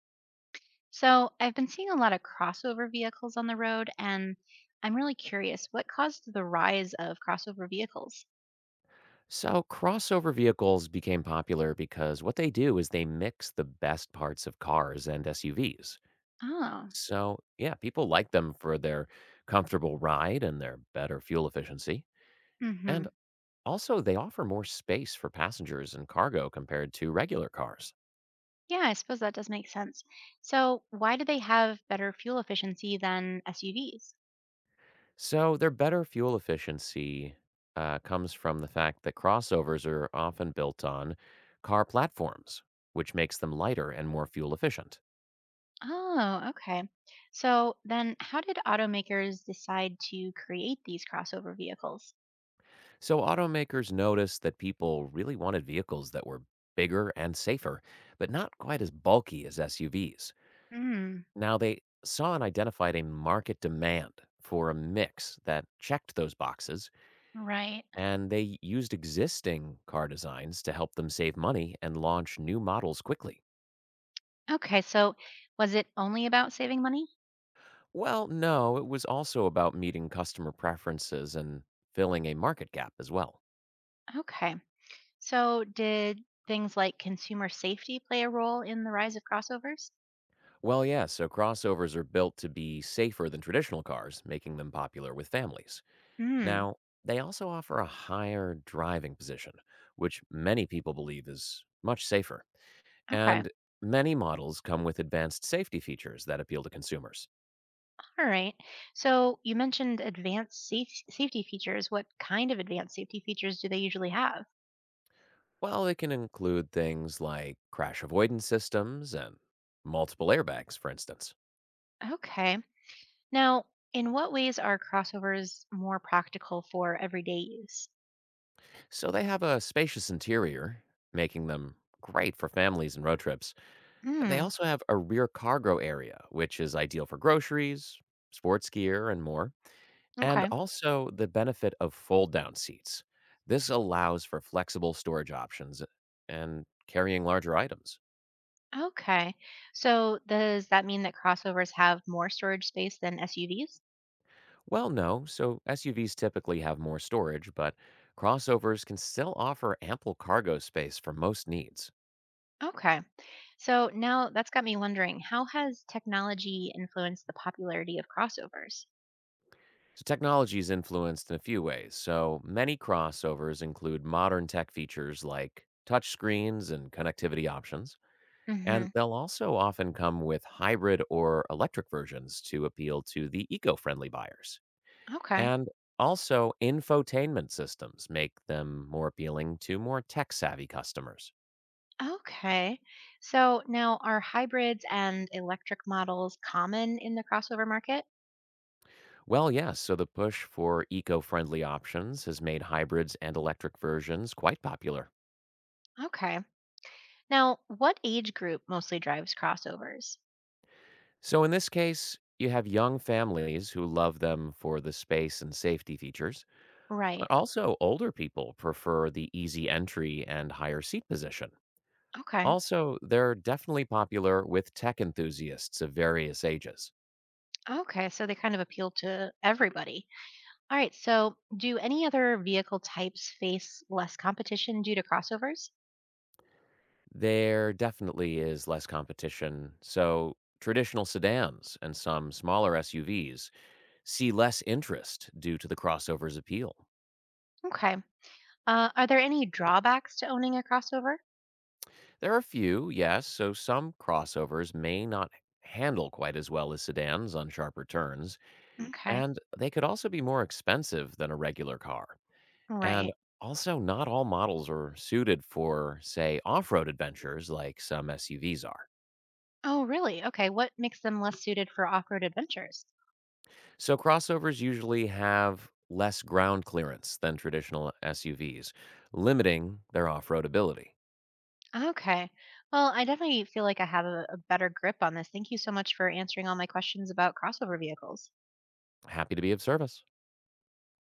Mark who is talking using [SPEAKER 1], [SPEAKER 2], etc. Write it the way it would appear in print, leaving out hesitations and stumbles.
[SPEAKER 1] So, I've been seeing a lot of crossover vehicles on the road, and I'm really curious what caused the rise of crossover vehicles?
[SPEAKER 2] So, crossover vehicles became popular because what they do is they mix the best parts of cars and SUVs.
[SPEAKER 1] Oh.
[SPEAKER 2] So, yeah, people like them for their comfortable ride and their better fuel efficiency.
[SPEAKER 1] Hmm.
[SPEAKER 2] And also, they offer more space for passengers and cargo compared to regular cars.
[SPEAKER 1] Yeah, I suppose that does make sense. So, why do they have better fuel efficiency than SUVs?
[SPEAKER 2] So, their better fuel efficiency comes from the fact that crossovers are often built on car platforms, which makes them lighter and more fuel efficient.
[SPEAKER 1] Oh, okay. So, then how did automakers decide to create these crossover vehicles?
[SPEAKER 2] So automakers noticed that people really wanted vehicles that were bigger and safer, but not quite as bulky as SUVs.
[SPEAKER 1] Hmm.
[SPEAKER 2] Now they saw and identified a market demand for a mix that checked those boxes,
[SPEAKER 1] Right.
[SPEAKER 2] and they used existing car designs to help them save money and launch new models quickly.
[SPEAKER 1] Okay, so was it only about saving money?
[SPEAKER 2] Well, no, it was also about meeting customer preferences and filling a market gap as well.
[SPEAKER 1] Okay. So, did things like consumer safety play a role in the rise of crossovers?
[SPEAKER 2] Well, yeah, so crossovers are built to be safer than traditional cars, making them popular with families.
[SPEAKER 1] Hmm.
[SPEAKER 2] Now, they also offer a higher driving position, which many people believe is much safer.
[SPEAKER 1] Okay.
[SPEAKER 2] And many models come with advanced safety features that appeal to consumers.
[SPEAKER 1] All right. So, you mentioned safety features. What kind of advanced safety features do they usually have?
[SPEAKER 2] Well, it can include things like crash avoidance systems and multiple airbags, for instance.
[SPEAKER 1] Okay. Now, in what ways are crossovers more practical for everyday use?
[SPEAKER 2] So they have a spacious interior, making them great for families and road trips. They
[SPEAKER 1] Hmm.
[SPEAKER 2] also have a rear cargo area, which is ideal for groceries, sports gear, and more, and
[SPEAKER 1] Okay.
[SPEAKER 2] also the benefit of fold down seats. This allows for flexible storage options, and carrying larger items.
[SPEAKER 1] Okay. So, does that mean that crossovers have more storage space than SUVs?
[SPEAKER 2] Well, no, so SUVs typically have more storage, but crossovers can still offer ample cargo space for most needs.
[SPEAKER 1] Okay. So now that's got me wondering, how has technology influenced the popularity of crossovers?
[SPEAKER 2] So, technology is influenced in a few ways. So, many crossovers include modern tech features like touch screens and connectivity options. And
[SPEAKER 1] Hmm.
[SPEAKER 2] they'll also often come with hybrid or electric versions to appeal to the eco friendly buyers.
[SPEAKER 1] Okay.
[SPEAKER 2] And also, infotainment systems make them more appealing to more tech savvy customers.
[SPEAKER 1] Okay. So now are hybrids and electric models common in the crossover market?
[SPEAKER 2] Well, yes, so the push for eco friendly options has made hybrids and electric versions quite popular.
[SPEAKER 1] Okay. Now, what age group mostly drives crossovers?
[SPEAKER 2] So, in this case, you have young families who love them for the space and safety features,
[SPEAKER 1] Right.
[SPEAKER 2] but also older people prefer the easy entry and higher seat position.
[SPEAKER 1] Okay.
[SPEAKER 2] Also, they're definitely popular with tech enthusiasts of various ages.
[SPEAKER 1] Okay. So they kind of appeal to everybody. All right. So do any other vehicle types face less competition due to crossovers?
[SPEAKER 2] There definitely is less competition, so traditional sedans and some smaller SUVs see less interest due to the crossover's appeal.
[SPEAKER 1] Okay. Are there any drawbacks to owning a crossover?
[SPEAKER 2] There are a few, yes, so some crossovers may not handle quite as well as sedans on sharper turns,
[SPEAKER 1] Okay.
[SPEAKER 2] and they could also be more expensive than a regular car.
[SPEAKER 1] Right.
[SPEAKER 2] And also, not all models are suited for, say, off road adventures like some SUVs are.
[SPEAKER 1] Oh, really? Okay. What makes them less suited for off-road adventures?
[SPEAKER 2] So, crossovers usually have less ground clearance than traditional SUVs, limiting their off road ability.
[SPEAKER 1] Okay. Well, I definitely feel like I have a better grip on this. Thank you so much for answering all my questions about crossover vehicles.
[SPEAKER 2] Happy to be of service.